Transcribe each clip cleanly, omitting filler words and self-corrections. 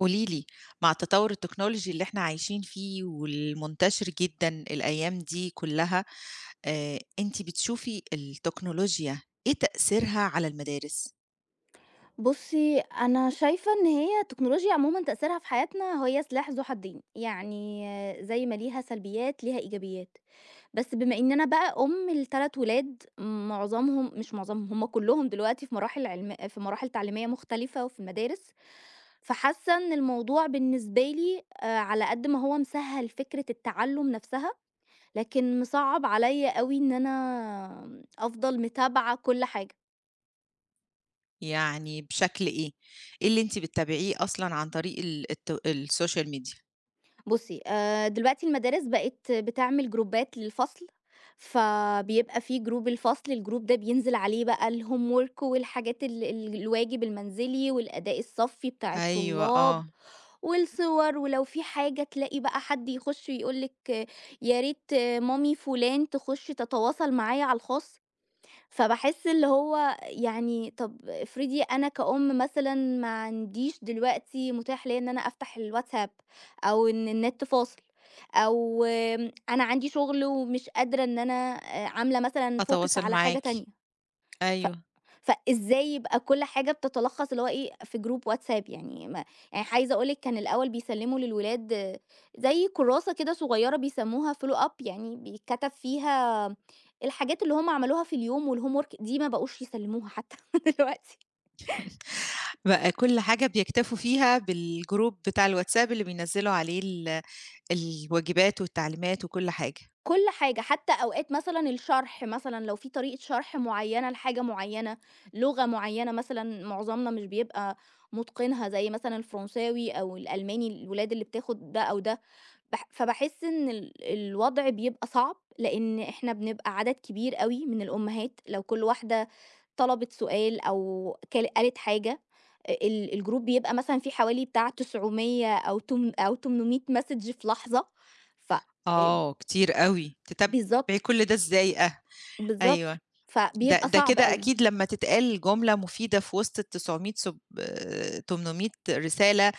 قولي لي مع تطور التكنولوجي اللي إحنا عايشين فيه والمنتشر جدًا الأيام دي كلّها، أنتِ بتشوفي التكنولوجيا إيه تأثيرها على المدارس؟ بُصّي، أنا شايفة إن هي التكنولوجيا عمومًا تأثيرها في حياتنا هي سلاح ذو حدين، يعني زي ما ليها سلبيات ليها إيجابيات. بس بما إن أنا بقى أم ل3 ولاد معظمهم مش معظمهم، هم كلّهم دلوقتي في مراحل علم في مراحل تعليمية مختلفة وفي المدارس، فحاسة إن الموضوع بالنسبة لي على قد ما هو مسهّل فكرة التعلُّم نَفْسها، لكن مصعّب عليّا أوي إن أنا أفضل متابعة كل حاجة. يعني بشكل إيه؟ إيه اللي أنتِ بتتابعيه أصلًا عن طريق ال الت السوشيال ميديا؟ بُصّي، دلوقتي المدارس بقت بتعمل جروبات للفصل، فبيبقى في جروب الفصل. الجروب ده بينزل عليه بقى الhomework والحاجات ال ال الواجب المنزلي والأداء الصفّي بتاع أيوه، الطلاب آه. والصور. ولو في حاجة تلاقي بقى حد يخُش يقول لِك: يا ريت آه، مامي فُلان تخُش تتواصل معايا على الخاص. فباحس اللي هو يعني طب افرضي أنا كأم مثلًا ما عنديش دلوقتي متاح ليّا إن أنا أفتح الواتساب، أو إن النت فاصل، أو أنا عندي شغل ومش قادرة إن أنا عاملة مثلًا focus أتواصل على حاجة معاكِ، تانية. ف أيوه. فإزاي يبقى كل حاجة بتتلخص اللي هو إيه في جروب واتساب. يعني ما يعني عايزة أقول لِك كان الأول بيسلموا للولاد زي كراسة كده صغيرة بيسموها follow up، يعني بيتكتب فيها الحاجات اللي هم عملوها في اليوم، والhomework دي ما بقوش يسلموها حتى دلوقتي. بقى كل حاجة بيكتفوا فيها بالجروب بتاع الواتساب اللي بينزّلوا عليه الواجبات والتعليمات وكل حاجة. كل حاجة، حتى أوقات مثلًا الشرح، مثلًا لو في طريقة شرح معينة لحاجة معينة، لغة معينة مثلًا معظمنا مش بيبقى متقنها زي مثلًا الفرنساوي أو الألماني، الولاد اللي بتاخد ده أو ده فباحس إن الوضع بيبقى صعب، لإن إحنا بنبقى عدد كبير أوي من الأمهات. لو كل واحدة طلبت سؤال أو قالت حاجة، ال الgroup بيبقى مثلًا فيه حوالي بتاع 900 أو تم أو 800 message في لحظة. ف آآ آه، كتير أوي، تتابعي بالضبط، كل ده إزاي، أه، أيوه. بالضبط، ده فبيبقى ده صعب كده أوي. أكيد لمّا تتقال جملة مفيدة في وسط ال900 سب 800 رسالة،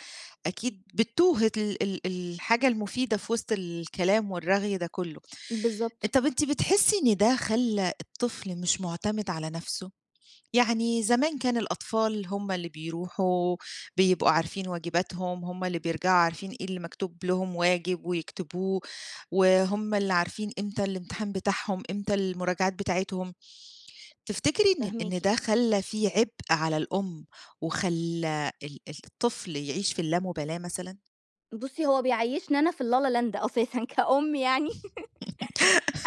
أكيد بتتوه ال ال الحاجة المفيدة في وسط الكلام والرغي ده كله. بالضبط، طَب أنتِ بتحسي إن ده خلّى الطفل مش مُعتمد على نَفْسه؟ يعني زمان كان الأطفال هم اللي بيروحوا بيبقوا عارفين واجباتهم، هم اللي بيرجعوا عارفين إيه اللي مكتوب لهم واجب ويكتبوه، وهم اللي عارفين إمتى الامتحان بتاعهم، إمتى المراجعات بتاعتهم. تفتكري إن فاهماكِ. ده خلّى في عبء على الأم وخلّى الطفل يعيش في اللامبالاة مثلًا؟ بُصّي، هو بيعيّشني أنا في اللا لا لاند أساسًا كأم يعني.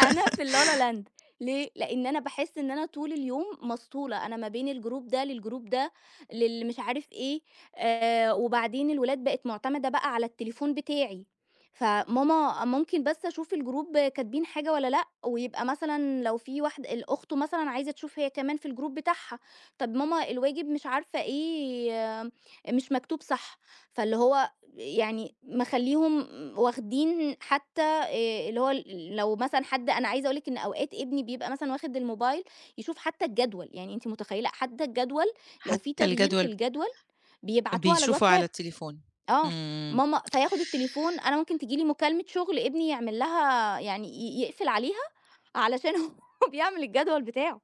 أنا في اللا لا لاند. ليه؟ لإن أنا باحس إن أنا طول اليوم مسطولة، أنا ما بين الجروب ده للجروب ده، للي مش عارف إيه. وبعدين الولاد بقت مُعتمدة بقى على التليفون بتاعي، فماما ممكن بس أشوف الجروب كاتبين حاجة والّا لأ، ويبقى مثلًا لو في واحد أخته مثلًا عايزة تشوف هي كمان في الجروب بتاعها. طب ماما الواجب مش عارفة إيه آه، مش مكتوب صح. فاللي هو يعني مخلّيهم واخدين حتى اللي هو ال لو مثلًا حد، أنا عايزة أقول لِك إن أوقات ابني بيبقى مثلًا واخد الموبايل يشوف حتى الجدول. يعني أنتِ متخيلة حتى الجدول! لو في حتى تغيير في الجدول الجدول بيبعتوه على بيشوفه على الواتساب. التليفون. آه، إمم. ماما فياخد التليفون، أنا ممكن تيجي لي مكالمة شغل ابني يعمل لها يعني يقفل عليها علشان هو بيعمل الجدول بتاعه.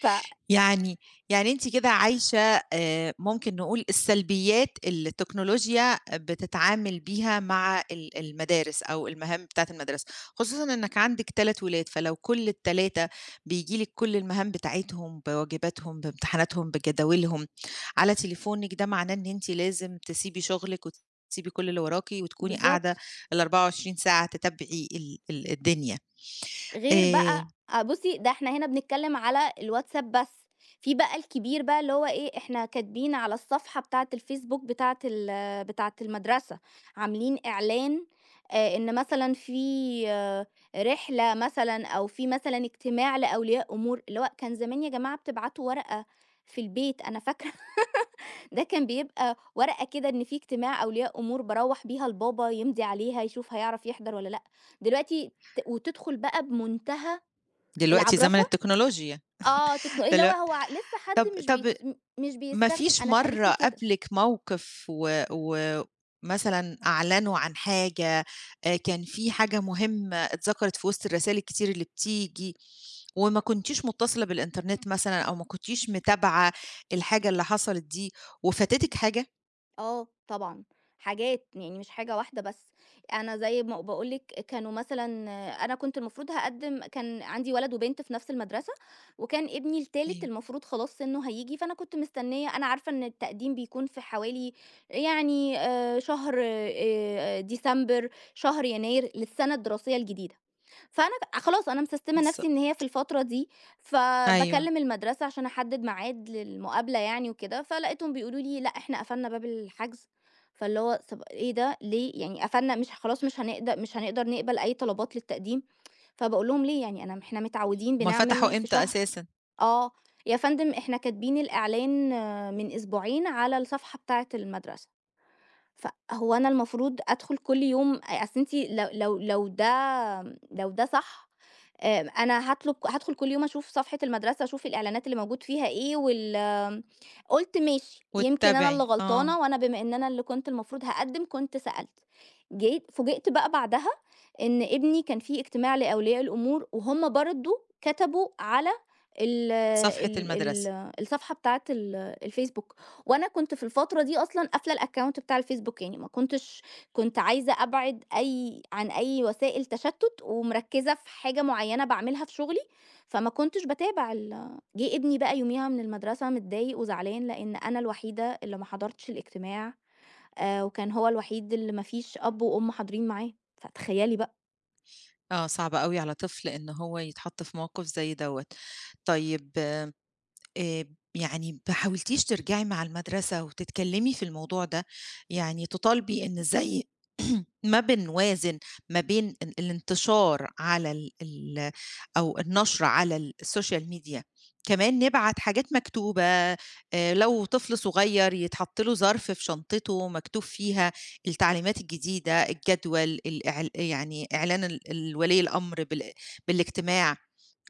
ف يعني يعني أنتِ كده عايشة، ممكن نقول السلبيات اللي التكنولوجيا بتتعامل بيها مع المدارس أو المهام بتاعة المدرسة، خصوصًا إنك عندِك 3 ولاد، فلو كل ال3 بييجي لِك كل المهام بتاعتهم، بواجباتهم، بامتحاناتهم، بجداولهم، على تليفونِك، ده معناه إن أنتِ لازم تسيبي شغلِك وتسيبي كل اللي وراكِ وتكوني قاعدة بالضبط. ال24 ساعة تتابعي ال ال الدنيا. غير بقى آآ آه، بُصّي، ده إحنا هنا بنتكلّم على الواتساب بس. في بقى الكبير بقى اللي هو إيه، إحنا كاتبين على الصفحة بتاعة الفيسبوك بتاعة بتاعة المدرسة، عاملين إعلان إن مثلًا في آه، رحلة مثلًا أو في مثلًا اجتماع لأولياء أمور، اللي هو كان زمان يا جماعة بتبعتوا ورقة في البيت، أنا فاكرة ده كان بيبقى ورقة كده إن في اجتماع أولياء أمور باروّح بيها لبابا يمضي عليها يشوف هيعرف يحضر والّا لأ. دلوقتي وتدخل بقى بمنتهى دلوقتي زمن العجرفة؟ التكنولوجيا. آه، تقنُقيه اللي هو دلوق هو لسه حد طب مش بيت طب م- مش ما بيستخدم، فيش أنا اتقالت مرّة لي كده. قابلِك موقف و ومثلًا أعلنوا عن حاجة، كان في حاجة مهمة اتذكرت في وسط الرسايل الكتير اللي بتيجي، وما كنتيش مُتصلة بالإنترنت مثلًا أو ما كنتيش متابعة الحاجة اللي حصلت دي وفاتتِك حاجة؟ آه طبعًا، حاجات يعني، مش حاجة واحدة بس. أنا زي ما باقول لِك كانوا مثلًا آه، أنا كنت المفروض هاقدّم، كان عندي ولد وبنت في نفس المدرسة، وكان ابني التالت أيوه، المفروض خلاص سِنُّه هييجي، فأنا كنت مستنية، أنا عارفة إن التقديم بيكون في حوالي يعني شهر ديسمبر، شهر يناير للسنة الدراسية الجديدة. فأنا خلاص أنا مسستمة نفسي إن هي بالضبط. في الفترة دي، أيوه. فباكلم المدرسة عشان أحدد ميعاد للمقابلة يعني وكده، فلقيتهم بيقولوا لي: "لأ، إحنا قفلنا باب الحجز." فاللي هو طب إيه ده؟ ليه؟ يعني قفلنا، مش خلاص مش مش هنقدر نقبل أي طلبات للتقديم. فباقول لهم: "ليه يعني أنا، إحنا متعودين هُم بنعمل فتحوا في إمتى شهر." أساسًا؟ "آه، يا فندم إحنا كاتبين الإعلان آه، من أسبوعين على الصفحة بتاعة المدرسة." فهو أنا المفروض أدخل كل يوم أصل أنتِ لو ده صح، أنا هادخل كل يوم أشوف صفحة المدرسة، أشوف الإعلانات اللي موجود فيها إيه وال آم، قُلت ماشي، يمكن أنا واتّبعي، اللي آه. غلطانة، وأنا بما إن أنا اللي كنت المفروض هاقدّم كنت سألت. جيت فوجئت بقى بعدها إن ابني كان في اجتماع لأولياء الأمور وهُم برضه كتبوا على ال صفحة ال المدرسة. ال الصفحة بتاعة الفيسبوك. وأنا كنت في الفترة دي أصلًا قافلة الأكاونت بتاع الفيسبوك، يعني ما كنتش كنت عايزة أبعد عن أي وسائل تشتُّت ومركِّزة في حاجة معيّنة باعملها في شُغلي، فما كنتش باتابع جِه ابني بقى يوميها من المدرسة متضايق وزعلان لإن أنا الوحيدة اللي ما حضرتش الاجتماع، وكان هو الوحيد اللي ما فيش أب وأم حاضرين معاه. فتخيّلي بقى. آه، صعب أوي على طفل إن هو يتحط في موقف زي دوّة. طيب، آآ يعني ما حاولتيش ترجعي مع المدرسة وتتكلمي في الموضوع ده، يعني تطالبي إن زي ما بنوازن ما بين الانتشار على ال ال أو النشر على الsocial media، كمان نبعت حاجات مكتوبة. لو طفل صغير يتحط له ظرف في شنطته مكتوب فيها التعليمات الجديدة، الجدول، يعني إعلان ال ال ولي الأمر بالاجتماع،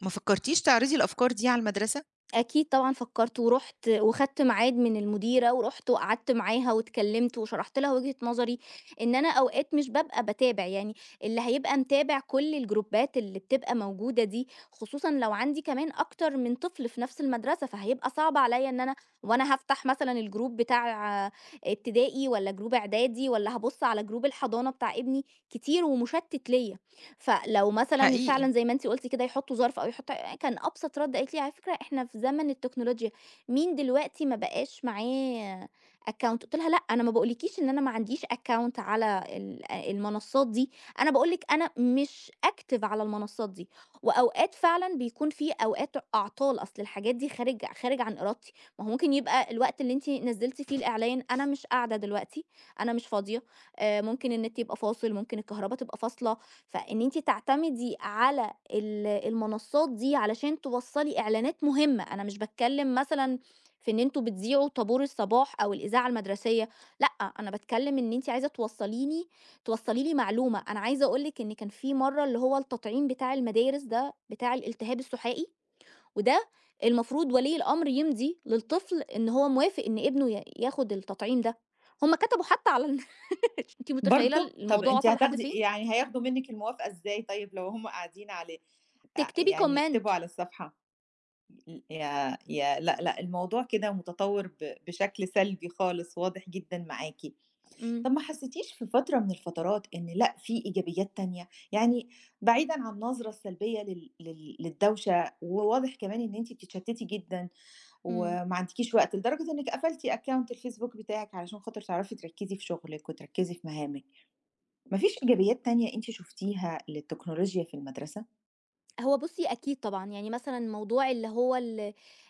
ما فكرتيش تعرضي الأفكار دي على المدرسة؟ أكيد طبعًا فكّرت، ورُحت وخدت ميعاد من المديرة ورُحت وقعدت معاها واتكلّمت وشرحت لها وجهة نظري، إن أنا أوقات مش بابقى باتابع. يعني اللي هيبقى متابع كل الجروبات اللي بتبقى موجودة دي، خصوصًا لو عندي كمان أكتر من طفل في نفس المدرسة، فهيبقى صعب عليّا إن أنا وأنا هافتح مثلًا الجروب بتاع ابتدائي والّا جروب إعدادي والّا هابُص على جروب الحضانة بتاع ابني، كتير ومُشتِّت ليّا. فلو مثلًا حقيقي. فعلًا زي ما أنتِ قُلتِ كده يحطّوا ظرف أو يحطّوا. كان أبسط رَد قالت لي: "على فكرة إحنا في زمن التكنولوجيا، مين دلوقتي ما بقاش معاه account؟" قُلت لها: "لأ، أنا ما باقولكيش إن أنا ما عنديش account على المنصات دي، أنا باقول لِك أنا مش active على المنصات دي، وأوقات فعلًا بيكون في أوقات أعطال، أصل الحاجات دي خارج عن إرادتي، ما هو ممكن يبقى الوقت اللي أنتِ نزّلتِ فيه الإعلان أنا مش قاعدة دلوقتي، أنا مش فاضية، ممكن النت يبقى فاصل، ممكن الكهربا تبقى فاصلة. فإن أنتِ تعتمدي على المنصات دي علشان توصّلي إعلانات مهمة. أنا مش باتكلّم مثلًا في إن أنتم بتذيعوا طابور الصباح أو الإذاعة المدرسية، لأ، أنا باتكلّم إن أنتِ عايزة توصّلي لي معلومة. أنا عايزة أقول لِك إن كان في مرّة اللي هو التطعيم بتاع المدارس ده بتاع الالتهاب السُحائي، وده المفروض ولي الأمر يمضي للطفل إن هو موافق إن ابنه ياخُد التطعيم ده، هُم كتبوا حتى على النت أنتِ متخيّلة برضه! طب الموضوع أنتِ وصل لحد هتاخدي، فين؟ يعني هياخدوا منِّك الموافقة إزاي طيب لو هُم قاعدين عليه؟ تكتبي يعني comment." يكتبوا على الصفحة؟ يا يا لأ، لأ، الموضوع كده متطوّر بشكل سلبي خالص واضح جدًا معاكِ. إمم، طب ما حسّيتيش في فترة من الفترات إن لأ، في إيجابيات تانية؟ يعني بعيدًا عن النظرة السلبية لل لل للدوشة، وواضح كمان إن أنتِ بتتشتّتي جدًا إمم. وما عندكيش وقت لدرجة إنِّك قفلتِ أكاونت الفيسبوك بتاعِك علشان خاطر تعرفي تركّزي في شغلِك وتركّزي في مهامِك. ما فيش إيجابيات تانية أنتِ شُفتيها للتكنولوجيا في المدرسة؟ هو بُصّي أكيد طبعًا، يعني مثلًا موضوع اللي هو ال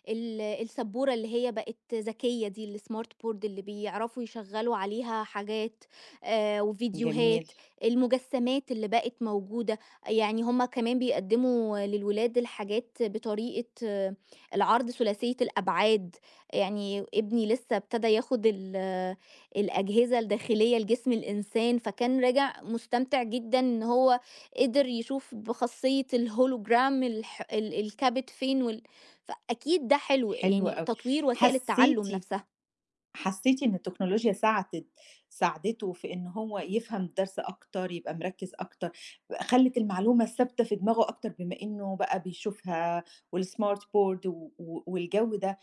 ال السبورة اللي هي بقت ذكية دي، الsmart board اللي بيعرفوا يشغّلوا عليها حاجات جميل، وفيديوهات، المجسّمات اللي بقت موجودة. يعني هم كمان بيقدّموا للولاد الحاجات بطريقة آه، العرض ثلاثية الأبعاد. يعني ابني لسّه ابتدى ياخُد ال آه، الأجهزة الداخلية لجسم الإنسان، فكان راجع مستمتع جدًا إن هو قدر يشوف بخاصية الهولوجرام الكبت فين وال... فأكيد ده حلو، حلو يعني أوي. تطوير وسائل التعلم حسّيتِ نفسها. حسّيتِ إن التكنولوجيا ساعدته في إن هو يفهم الدرس أكتر، يبقى مركّز أكتر، خلِّت المعلومة ثابتة في دماغه أكتر بما إنه بقى بيشوفها، والsmart board و و والجو ده،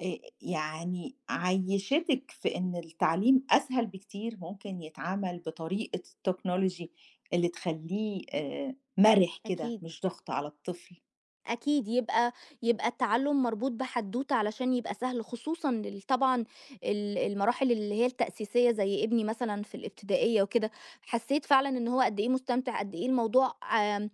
يعني عيّشتِك في إن التعليم أسهل بكتير، ممكن يتعمل بطريقة التكنولوجي اللي تخلّيه مَرِح كده، أكيد مش ضغط على الطفل. أكيد يبقى يبقى التعلُّم مربوط بحدوتة علشان يبقى سهل، خصوصًا طبعًا المراحل اللي هي التأسيسية زي ابني مثلًا في الابتدائية وكده، حسّيت فعلًا إن هو قد إيه مستمتع، قد إيه الموضوع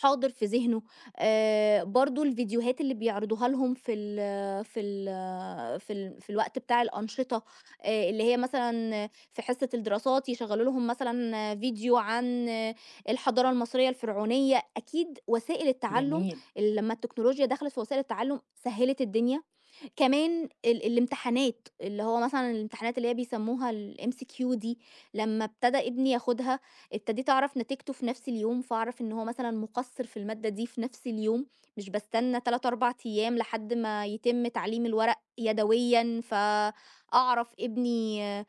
حاضر في ذهنه. برضه الفيديوهات اللي بيعرضوها لهم في الوقت بتاع الأنشطة، اللي هي مثلًا في حصة الدراسات يشغّلوا لهم مثلًا فيديو عن الحضارة المصرية الفرعونية. أكيد وسائل التعلُّم جميل. لمّا التكنولوجيا دخلت في وسائل التعلُّم سهِّلت الدنيا. كمان الامتحانات، اللي هو مثلًا الامتحانات اللي هي بيسمّوها الMCQ دي، لمّا ابتدى ابني ياخُدها ابتديت أعرف نتيجته في نَفْس اليوم، فأعرف إن هو مثلًا مُقصِّر في المادة دي في نَفْس اليوم، مش باستنى 3، 4 أيام لحد ما يتم تعليم الورق يدويًا، فأعرف ابني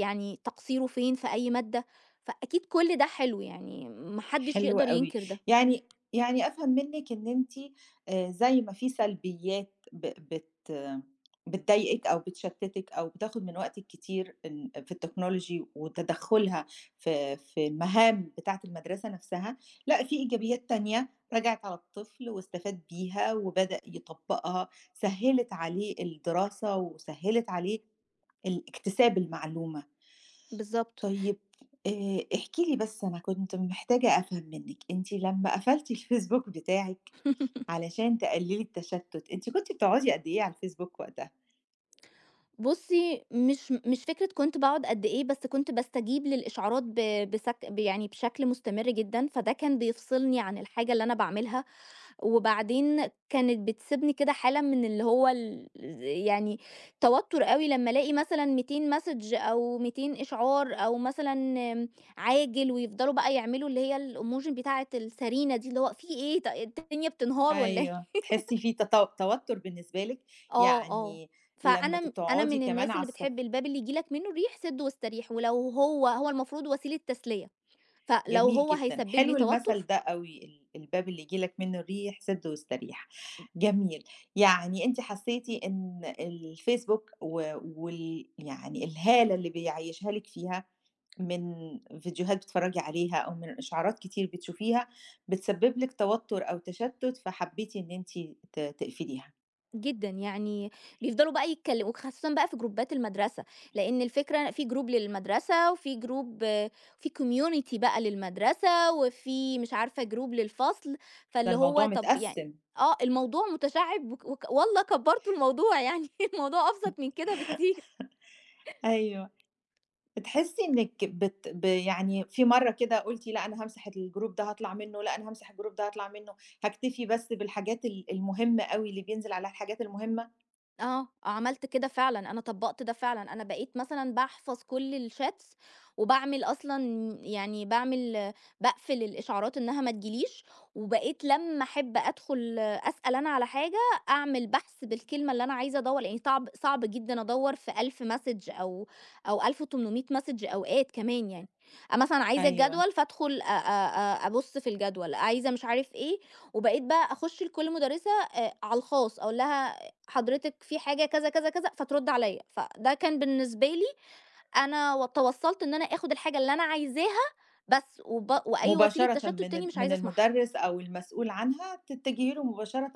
يعني تقصيره فين في أي مادة. فأكيد كل ده حلو، يعني ما حدّش حلو يقدر أوي. ينكر ده. يعني يعني أفهم منِّك إن أنتِ، زي ما في سلبيات ب بت بتضايقِك أو بتشتِّتِك أو بتاخُد من وقتِك كتير إن في التكنولوجي وتدخُّلها في المهام بتاعة المدرسة نفسها، لأ، في إيجابيات تانية رَجعت على الطفل واستفاد بيها وبدأ يطبّقها، سهِّلت عليه الدراسة وسهِّلت عليه اكتساب المعلومة. بالضبط. طيب، احكي لي بس أنا كنت محتاجة أفهم منِّك، أنتِ لمّا قفلتِ الفيسبوك بتاعِك علشان تقللي التشتت، أنتِ كنتِ بتقعدي قد إيه على الفيسبوك وقتها؟ بُصّي، مش فكرة كنت باقعد قد إيه، بس كنت باستجيب للإشعارات ب بسك ب يعني بشكل مستمر جدًا، فده كان بيفصلني عن الحاجة اللي أنا باعملها، وبعدين كانت بتسيبني كده حالة من اللي هو يعني توتر أوي لمّا ألاقي مثلًا 200 مسدج أو 200 إشعار أو مثلًا عاجل، ويفضلوا بقى يعملوا اللي هي الemoji بتاعة السرينة دي، اللي هو في إيه الدنيا بتنهار والّا إيه؟ أيوه. تحسي في توتر بالنسبة لِك؟ آه، آه. يعني لمّا فأنا م أنا تقعدي من كمان الناس على اللي الصف. بتحب الباب اللي ييجي لك منّه الريح سِدّه واستريح، ولو هو المفروض وسيلة تسلية، فلو جميل هو جدًا، هيسبب لي حلو توتر المثل ده أوي، الباب اللي ييجي لك منه الريح سد واستريح. جميل. يعني أنتِ حسيتِ إن الفيسبوك و وال يعني الهالة اللي بيعيّشها لِك فيها من فيديوهات بتتفرّجي عليها أو من إشعارات كتير بتشوفيها، بتسبب لِك توتر أو تشتُّت، فحبيتِ إن أنتِ تقفليها. جدًا يعني. بيفضلوا بقى يتكلموا وخاصةً بقى في جروبات المدرسة، لإن الفكرة في جروب للمدرسة وفي جروب آه، في community بقى للمدرسة وفي مش عارفة جروب للفصل. ده فاللي هو الموضوع طَب يعني متقسّم. آه، الموضوع متشعِّب وك وك والله كبّرتوا الموضوع، يعني الموضوع أبسط من كده بكتير. أيوه. بتحسي إنِّك بت ب يعني في مرّة كده قُلتِ لأ، أنا هامسح الجروب ده هاطلع منّه، لأ، أنا هامسح الجروب ده هاطلع منّه، هاكتفي بس بالحاجات المهمة أوي، اللي بينزل عليها الحاجات المهمة؟ آه، عملت كده فعلًا، أنا طبّقت ده فعلًا. أنا بقيت مثلًا باحفظ كل الchats وباعمل أصلًا يعني باقفل الإشعارات إنها ما تجيليش، وبقيت لمّا أحب أدخل أسأل أنا على حاجة، أعمل بحث بالكلمة اللي أنا عايزة أدوّر، لإن صعب جدًا أدوّر في 1000 مسج أو أو 1800 مسج أوقات كمان يعني. مثلًا عايزة أيوه. الجدول فادخل أ أ أ أبُص في الجدول، عايزة مش عارف إيه. وبقيت بقى أخش لكل مُدرسة على الخاص أقول لها: حضرتِك في حاجة كذا، كذا، كذا، فترُد عليّا. فده كان بالنسبة لي أنا توصّلت إن أنا آخُد الحاجة اللي أنا عايزاها بس، وأي وسيلة مباشرةً تشتُّت من تاني ال مش عايزة من أسمعها. المُدرِّس أو المسؤول عنها، تتجهي له مباشرةً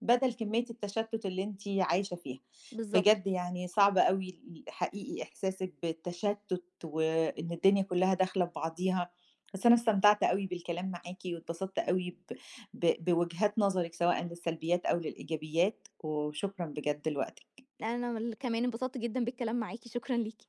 بدل كمية التشتُّت اللي أنتِ عايشة فيها. بالضبط. بجد يعني صعب أوي حقيقي إحساسِك بالتشتُّت وإن الدنيا كُلّها داخلة ببعضيها، بس أنا استمتعت أوي بالكلام معاكِ واتبسطت أوي ب ب بوجهات نظرِك سواء للسلبيات أو للإيجابيات، وشكرًا بجد لوقتِك. أنا كمان انبسطت جدًا بالكلام معاكِ، شكرًا ليكِ.